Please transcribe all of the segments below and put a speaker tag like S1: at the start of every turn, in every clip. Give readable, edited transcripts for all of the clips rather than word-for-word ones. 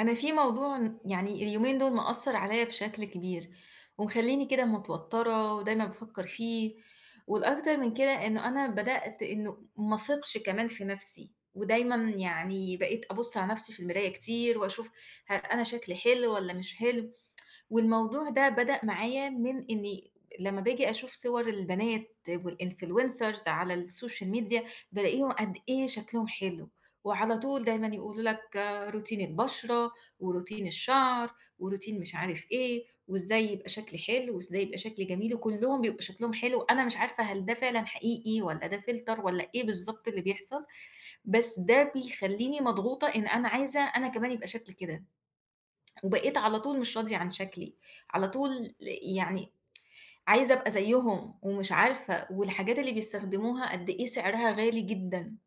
S1: أنا في موضوع يعني اليومين دول مأثّر عليّا بشكل كبير، ومخلّيني كده متوتّرة ودايمًا بافكّر فيه، والأكتر من كده إنه أنا بدأت إنه ما اثقش كمان في نَفْسي، ودايمًا يعني بقيت أبُص على نَفْسي في المراية كتير وأشوف أنا شكلي حلو والّا مش حلو، والموضوع ده بدأ معايا من إني لمّا باجي أشوف صور البنات والinfluencers على السوشيال ميديا، بالاقيهم قد إيه شكلهم حلو، وعلى طول دايمًا يقولوا لك آه، روتين البشرة، وروتين الشعر، وروتين مش عارف إيه، وإزاي يبقى شكلي حلو، وإزاي يبقى شكلي جميل، وكلّهم بيبقى شكلهم حلو، أنا مش عارفة هل ده فعلًا حقيقي والّا ده فلتر والّا إيه بالضبط اللي بيحصل، بس ده بيخلّيني مضغوطة إن أنا عايزة أنا كمان يبقى شكلي كده. وبقيت على طول مش راضية عن شكلي، على طول يعني عايزة أبقى زيّهم ومش عارفة، والحاجات اللي بيستخدموها قد إيه سعرها غالي جدًا،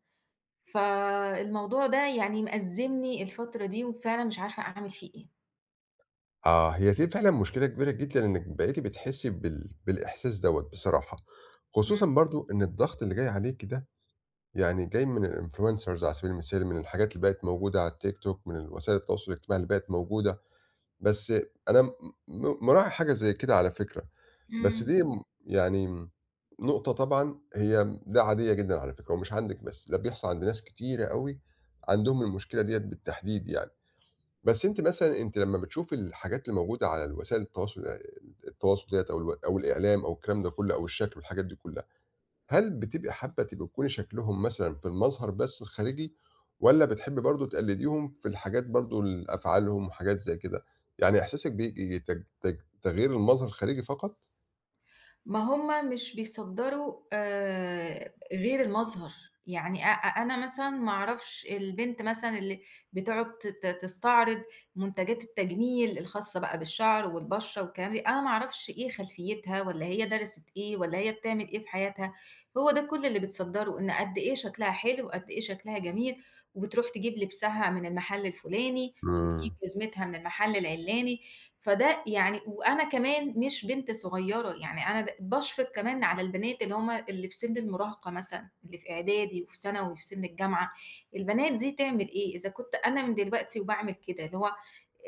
S1: فالموضوع ده يعني مأزّمني الفترة دي وفعلًا مش عارفة أعمل فيه إيه.
S2: آه، هي دي فعلًا مشكلة كبيرة جدًا إنِّك بقيتِ بتحسّي بالإحساس دوّة بصراحة، خصوصًا
S1: إمم،
S2: برضه إن الضغط اللي جاي عليكِ ده يعني جاي من الinfluencers على سبيل المثال، من الحاجات اللي بقت موجودة على التيك توك، من وسائل التواصل الاجتماعي اللي بقت موجودة. بس أنا م م مراعي حاجة زي كده على فكرة. بس
S1: إمم.
S2: دي يعني نقطة، طبعًا هي ده عادية جدًا على فكرة ومش عندِك بس، ده بيحصل عند ناس كتيرة أوي عندهم المشكلة ديّة بالتحديد يعني. بس أنتِ مثلًا، أنتِ لمّا بتشوفي الحاجات اللي موجودة على الوسائل التواصل التواصل ديّة أو الو أو الإعلام أو الكلام ده كله أو الشكل والحاجات دي كلها، هل بتبقي حابة تبقي تكوني شكلهم مثلًا في المظهر بس الخارجي، والّا بتحبي برضه تقلديهم في الحاجات برضه ال أفعالهم وحاجات زي كده؟ يعني إحساسِك بييجي تج تج تغيير المظهر الخارجي فقط؟
S1: ما هم مش بيصدّروا غير المظهر، يعني أ أ أنا مثلًا ما أعرفش البنت مثلًا اللي بتقعد ت ت تستعرض منتجات التجميل الخاصة بقى بالشعر والبشرة والكلام ده، أنا ما أعرفش إيه خلفيتها والّا هي درست إيه والّا هي بتعمل إيه في حياتها، هو ده كل اللي بتصدّره، إن قد إيه شكلها حلو وقد إيه شكلها جميل، وبتروح تجيب لبسها من المحل الفلاني، وبتجيب
S2: إمم،
S1: جزمتها من المحل العلاني، فده يعني وأنا كمان مش بنت صغيرة، يعني أنا باشفق كمان على البنات اللي هُم اللي في سن المراهقة مثلًا، اللي في إعدادي وفي ثانوي وفي سن الجامعة، البنات دي تعمل إيه؟ إذا كنت أنا من دلوقتي وباعمل كده، اللي هو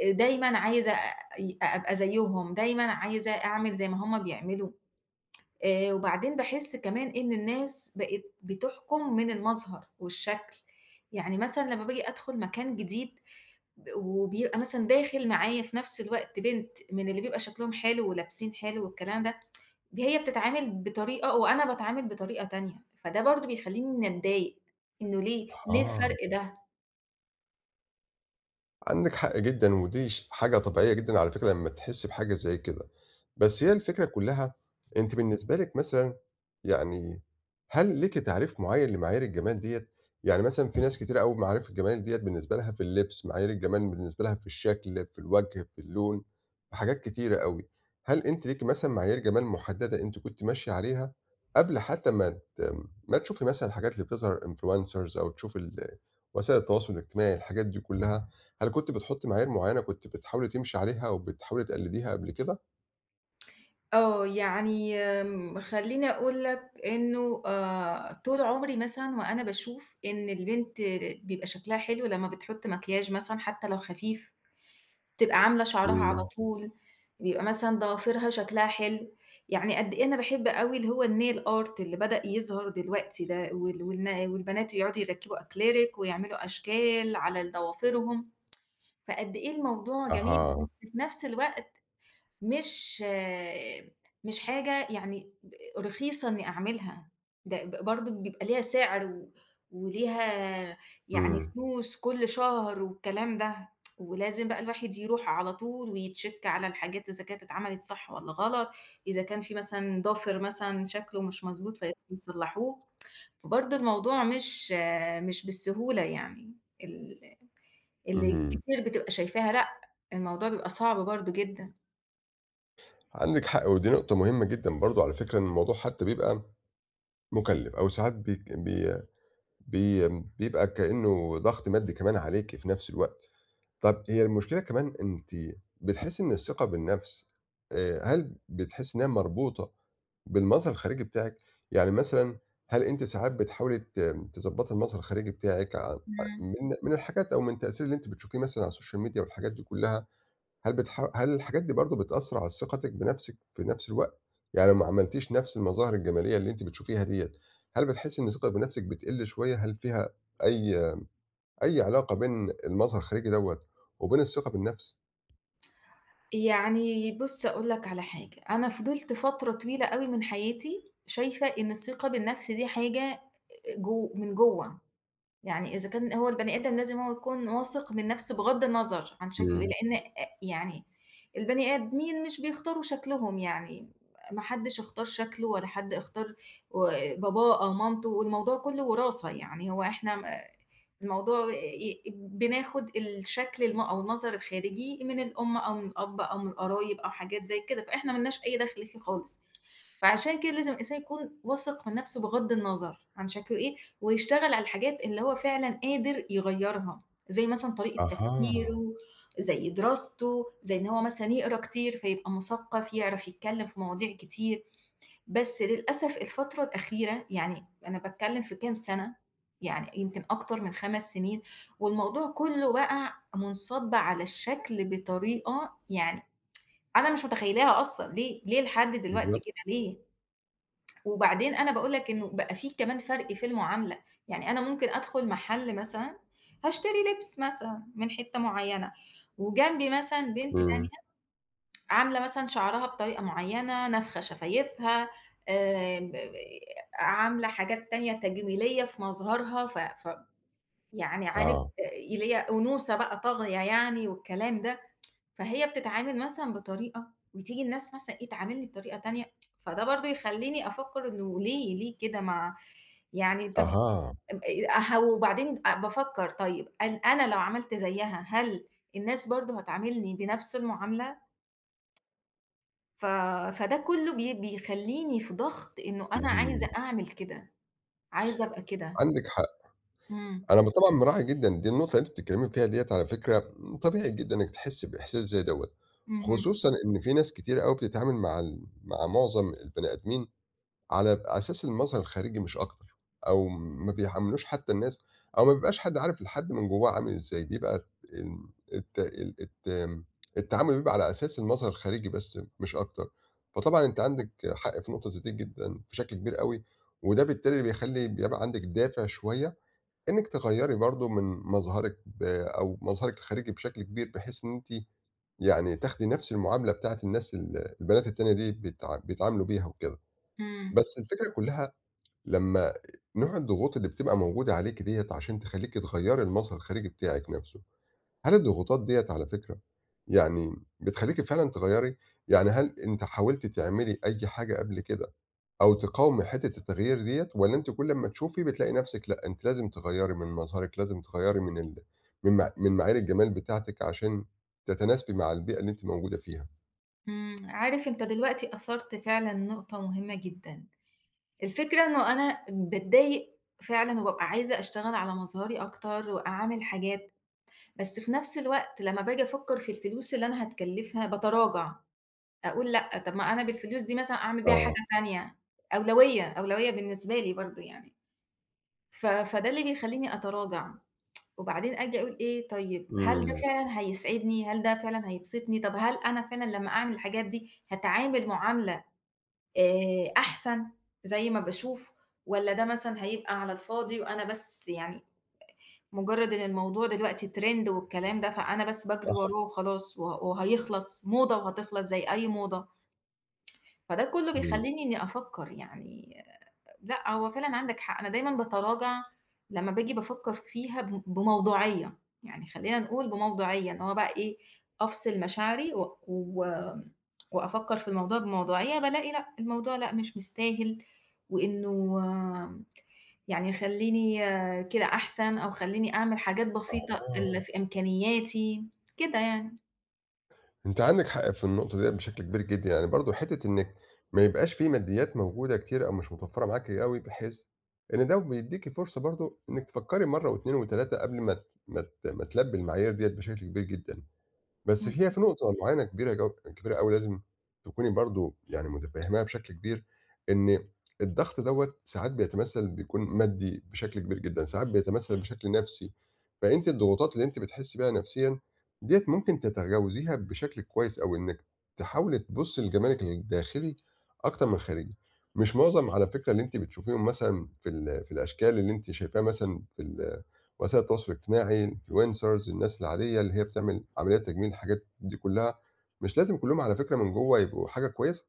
S1: دايمًا عايزة أبقى زيّهم، دايمًا عايزة أعمل زي ما هُم بيعملوا، وبعدين باحس كمان إن الناس بقت بتحكم من المظهر والشكل، يعني مثلًا لمّا باجي أدخل مكان جديد وبيبقى مثلًا داخل معايا في نفس الوقت بنت من اللي بيبقى شكلهم حلو ولابسين حلو والكلام ده، هي بتتعامل بطريقة وأنا باتعامل بطريقة تانية، فده برضه بيخلّيني إني أتضايق، إنه ليه، ليه
S2: أها.
S1: الفرق ده؟
S2: عندِك حق جدًا، ودي حاجة طبيعية جدًا على فكرة لمّا تحسّي بحاجة زي كده. بس هي الفكرة كلّها، أنتِ بالنسبة لِك مثلًا، يعني هل ليكِ تعريف معيّن لمعايير الجمال ديّة؟ يعني مثلًا في ناس كتيرة أوي معارف الجمال ديّة بالنسبة لها في اللبس، معايير الجمال بالنسبة لها في الشكل، في الوجه، في اللون، في حاجات كتيرة أوي. هل أنتِ ليكِ مثلًا معايير جمال محددة أنتِ كنتِ ماشية عليها قبل حتى ت ما تشوفي مثلًا الحاجات اللي بتظهر influencers أو تشوفي وسائل التواصل الاجتماعي، الحاجات دي كلّها؟ هل كنتِ بتحطّي معايير معيّنة كنتِ بتحاولي تمشي عليها أو بتحاولي تقلّديها قبل كده؟
S1: آه، يعني خلّيني أقول لك إنه طول عمري مثلًا وأنا باشوف إن البنت بيبقى شكلها حلو لمّا بتحط مكياج مثلًا حتى لو خفيف. تبقى عاملة شعرها على
S2: إمم،
S1: طول، بيبقى مثلًا ضوافرها شكلها حلو، يعني قد إيه أنا باحب أوي اللي هو الnail art اللي بدأ يظهر دلوقتي ده، والبنات يقعدوا يركّبوا acrylic ويعملوا أشكال على ضوافرهم، فقد إيه الموضوع جميل،
S2: أها،
S1: بس في نفس الوقت مش آه، مش حاجة يعني رخيصة إنّي أعملها، ده برضه بيبقى ليها سِعر وليها يعني
S2: إمم،
S1: فلوس كل شهر والكلام ده، ولازم بقى الواحد يروح على طول ويتشيك على الحاجات إذا كانت اتعملت صح والّا غلط، إذا كان في مثلًا ضافر مثلًا شكله مش مضبوط فيروحوا يصلّحوه، فبرضه الموضوع مش بالسهولة يعني ال اللي
S2: اهم،
S1: كتير بتبقى شايفاها لأ، الموضوع بيبقى صعب برضه جدًا.
S2: عندِك حق، ودي نقطة مهمة جدًا برضه على فكرة إن الموضوع حتى بيبقى مُكلِّف أو ساعات بيك بي بي بيبقى كإنه ضغط مادي كمان عليكِ في نفس الوقت. طَب هي المشكلة كمان، أنتِ بتحسّي إن الثقة بالنَفْس، هل بتحسّي إنها مربوطة بالمظهر الخارجي بتاعِك؟ يعني مثلًا، هل أنتِ ساعات بتحاولي تضبّطي المظهر الخارجي بتاعِك
S1: إمم.
S2: من من الحاجات أو من التأثير اللي أنتِ بتشوفيه مثلًا على السوشيال ميديا والحاجات دي كُلّها، هل الحاجات دي برضه بتأثّر على ثقتِك بنَفْسِك في نَفْس الوقت؟ يعني لو ما عملتيش نَفْس المظاهر الجمالية اللي أنتِ بتشوفيها ديّة، هل بتحسّي إن ثقتِك بنَفْسِك بتقِل شوية؟ هل فيها أي أي علاقة بين المظهر الخارجي دوّة وبين الثقة بالنفس؟
S1: يعني بُص أقول لك على حاجة، أنا فضلت فترة طويلة أوي من حياتي شايفة إن الثقة بالنفس دي حاجة من جوّه، يعني إذا كان هو البني آدم لازم هو يكون واثق من نفسه بغض النظر عن شكله إيه،
S2: إمم.
S1: لإن يعني البني آدمين مش بيختاروا شكلهم يعني، ما حدش اختار شكله ولا حد اختار و باباه أو مامته والموضوع كله وراثة، يعني هو إحنا الموضوع آه، ي بناخد الشكل أو المظهر الخارجي من الأم أو من الأب أو من القرايب أو حاجات زي كده، فإحنا ما لناش أي دخل فيه خالص. فعشان كده لازم الإنسان يكون واثق من نفسه بغض النظر عن شكله إيه، ويشتغل على الحاجات اللي هو فعلًا قادر يغيّرها، زي مثلًا طريقة
S2: أها،
S1: تفكيره، زي دراسته، زي إن هو مثلًا يقرا كتير فيبقى مثقف، يعرف يتكلم في مواضيع كتير. بس للأسف الفترة الأخيرة، يعني أنا باتكلّم في كام سَنة، يعني يمكن أكتر من 5 سنين، والموضوع كُلّه بقى مُنصَب على الشكل بطريقة يعني أنا مش متخيّلاها أصلًا، ليه، ليه لحد دلوقتي كده
S2: بالضبط.
S1: ليه؟ وبعدين أنا باقول لك إنه بقى في كمان فرْق في المعاملة، يعني أنا ممكن أدخُل محل مثلًا هاشتري لِبْس مثلًا من حتّة معيّنة، وجنبي مثلًا بنت تانية
S2: إمم.
S1: عاملة مثلًا شعرها بطريقة معيّنة، نافخة شفايفها، ب عاملة حاجات تانية تجميلية في مظهرها، ف ف يعني عارف
S2: آه.
S1: اللي هي أنوثة بقى طاغية يعني والكلام ده، فهي بتتعامل مثلًا بطريقة وتيجي الناس مثلًا تعاملني بطريقة تانية، فده برضه يخلّيني أفكّر إنه ليه، ليه كده يعني طَب
S2: أها.
S1: أها وبعدين بافكّر طيب أنا لو عملت زيّها هل الناس برضه هتعاملني بنفس المعاملة؟ ف فده كله بيخلّيني في ضغط إنه أنا
S2: اهم.
S1: عايزة أعمل كده، عايزة أبقى كده.
S2: عندِك حق.
S1: إمم،
S2: أنا طبعًا مراعي جدًا دي النقطة اللي أنتِ بتتكلّمي فيها ديّة على فكرة. طبيعي جدًا إنِّك تحسّي بإحساس زي دوّة،
S1: اهم،
S2: خصوصًا إن في ناس كتيرة أوي بتتعامل مع معظم البني آدمين على أساس المظهر الخارجي مش أكتر، أو ما بيحمّلوش حتى الناس، أو ما بيبقاش حد عارف الحد من جوّاه عامل إزاي، بيبقى ال الت ال الت التعامل بيبقى على أساس المظهر الخارجي بس مش أكتر. فطبعًا أنتِ عندِك حق في النقطة زي دي جدًا بشكل كبير أوي، وده بالتالي بيبقى عندِك دافع شوية إنِّك تغيّري برضه من مظهرِك ب أو مظهرِك الخارجي بشكل كبير، بحيث إن أنتِ يعني تاخدي نفس المعاملة بتاعة الناس البنات التانية دي بيتعاملوا بيها وكده.
S1: إمم،
S2: بس الفكرة كلّها، لمّا نوع الضغوط اللي بتبقى موجودة عليكِ ديّة عشان تخلّيكِ تغيّري المظهر الخارجي بتاعِك نَفْسه، هل الضغوطات ديّة على فكرة يعني بتخلّيكِ فعلًا تغيّري؟ يعني هل أنتِ حاولتِ تعملي أي حاجة قبل كده أو تقاومي حتّة التغيير ديّة، والّا أنتِ كل أمّا تشوفي بتلاقي نَفْسِك لأ، أنتِ لازم تغيّري من مظهرِك، لازم تغيّري من ال من مع من معايير الجمال بتاعتِك عشان تتناسبي مع البيئة اللي أنتِ موجودة فيها؟
S1: إمم. عارف أنت دلوقتي أثرت فعلًا نقطة مهمة جدًا. الفكرة إنه أنا باتضايق فعلًا وبابقى عايزة أشتغل على مظهري أكتر وأعمل حاجات، بس في نفس الوقت لمّا باجي أفكّر في الفلوس اللي أنا هاتكلّفها باتراجع، أقول لأ، طب ما أنا بالفلوس دي مثلًا أعمل بيها حاجة
S2: آه.
S1: تانية، أولوية، أولوية بالنسبة لي برضه يعني. فده اللي بيخلّيني أتراجع. وبعدين آجي أقول إيه طيب هل ده
S2: إمم،
S1: فعلًا هيسعدني، هل ده فعلًا هيبسطني، طب هل أنا فعلًا لمّا أعمل الحاجات دي هاتعامل معاملة أحسن زي ما باشوف، والّا ده مثلًا هيبقى على الفاضي وأنا بس يعني مجرد إن الموضوع دلوقتي trend والكلام ده، فأنا بس باجري
S2: صح،
S1: وراه وخلاص وهيخلص موضة وهتخلص زي أي موضة، فده كله
S2: إمم.
S1: بيخلّيني إني أفكّر يعني لأ، هو فعلًا عندك حق، أنا دايمًا باتراجع لمّا باجي بافكّر فيها بموضوعية، يعني خلّينا نقول بموضوعية، إن هو بقى إيه، أفصل مشاعري و و وأفكّر في الموضوع بموضوعية، بالاقي لأ، الموضوع لأ، مش مستاهل، وإنه يعني خلّيني كده أحسن، أو خلّيني أعمل حاجات بسيطة اللي في إمكانياتي، كده يعني.
S2: أنتِ عندِك حق في النقطة ديّة بشكل كبير جدًا، يعني برضه حتّة إنِّك ما يبقاش في ماديات موجودة كتير أو مش متوفّرة معاكِ أوي، بحيث إن ده بيدّيكِ فرصة برضه إنِّك تفكّري مرّة و2 و3 قبل ما تلبّي المعايير ديّة بشكل كبير جدًا. بس
S1: إمم،
S2: هي في نقطة معيّنة كبيرة كبيرة أوي لازم تكوني برضه يعني متفهّماها بشكل كبير، إن الضغط دوّة ساعات بيتمثّل بيكون مادي بشكل كبير جدًا، ساعات بيتمثّل بشكل نَفْسي، فأنتِ الضغوطات اللي أنتِ بتحسّي بيها نَفسيًا ديّة ممكن تتجاوزيها بشكل كويس أوي، إنِّك تحاولي تبُصّي لجمالِك الداخلي أكتر من الخارجي. مش معظم على فكرة اللي أنتِ بتشوفيهم مثلًا في الأشكال اللي أنتِ شايفاها مثلًا في ال وسائل التواصل الاجتماعي، الinfluencers، الناس العادية اللي هي بتعمل عمليات تجميل الحاجات دي كلّها، مش لازم كلّهم على فكرة من جوّه يبقوا حاجة كويسة،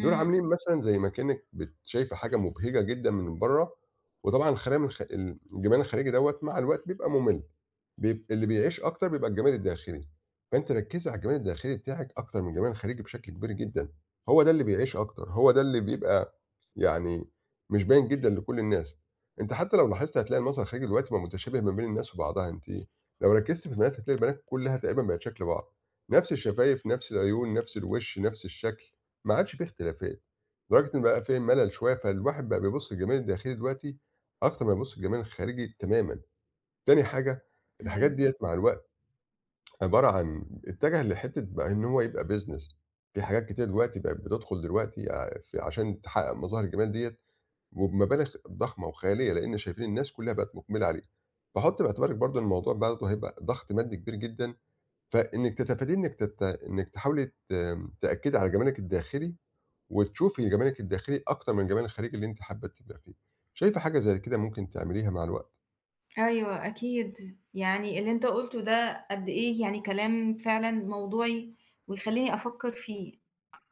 S2: دول عاملين مثلًا زي ما كأنِّك بت شايفة حاجة مبهجة جدًا من برّه، وطبعًا الخام الخ الجمال الخارجي دوّة مع الوقت بيبقى مُمِل، اللي بيعيش أكتر بيبقى الجمال الداخلي، فأنتِ ركّزي على الجمال الداخلي بتاعِك أكتر من الجمال الخارجي بشكل كبير جدًا، هو ده اللي بيعيش أكتر، هو ده اللي بيبقى يعني مش باين جدًا لكل الناس. أنتِ حتى لو لاحظتِ هتلاقي المظهر الخارجي دلوقتي بقى متشابه ما بين الناس وبعضها، أنتِ لو ركزتِ في البنات هتلاقي البنات كلها تقريبًا بقت شكل بعض، نفس الشفايف، نفس العيون، نفس الوش، نفس الشكل، ما عادش في اختلافات، لدرجة إن بقى في ملل شوية، فالواحد بقى بيبُص للجمال الداخلي دلوقتي أكتر ما يبُص للجمال الخارجي تمامًا. تاني حاجة، الحاجات
S1: أيوه.
S2: ديّة مع الوقت عبارة عن اتجه لحتّة، بقى إن هو يبقى business، في حاجات كتير دلوقتي بقت بتدخل دلوقتي ع في عشان تحقق مظاهر الجمال ديّة وبمبالغ ضخمة وخيالية، لإن شايفين الناس كلّها بقت مُقبلة عليه. فحُطّي باعتبارِك برضه إن الموضوع برضه هيبقى ضغط مادي كبير جدًا، فإنِّك تتفاديه، إنِّك تت إنِّك تحاولي ت تأكّدي على جمالِك الداخلي، وتشوفي جمالِك الداخلي أكتر من الجمال الخارجي اللي أنتِ حابة تبقى فيه. شايفة حاجة زي كده ممكن تعمليها مع الوقت؟
S1: أيوه أكيد، يعني اللي أنت قُلته ده قد إيه يعني كلام فعلًا موضوعي ويخلّيني أفكّر فيه،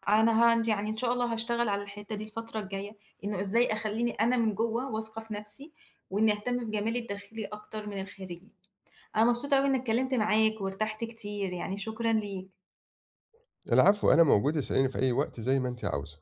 S1: أنا يعني إن شاء الله هاشتغل على الحتّة دي الفترة الجاية، إنه إزاي أخلّيني أنا من جوّه واثقة في نَفْسي، وإني أهتم بجمالي الداخلي أكتر من الخارجي. أنا مبسوطة أوي إنّي اتكلّمت معاك وارتحت كتير، يعني شكرًا ليك.
S2: العفو، أنا موجود، اسأليني في أي وقت زي ما أنتِ عاوزة.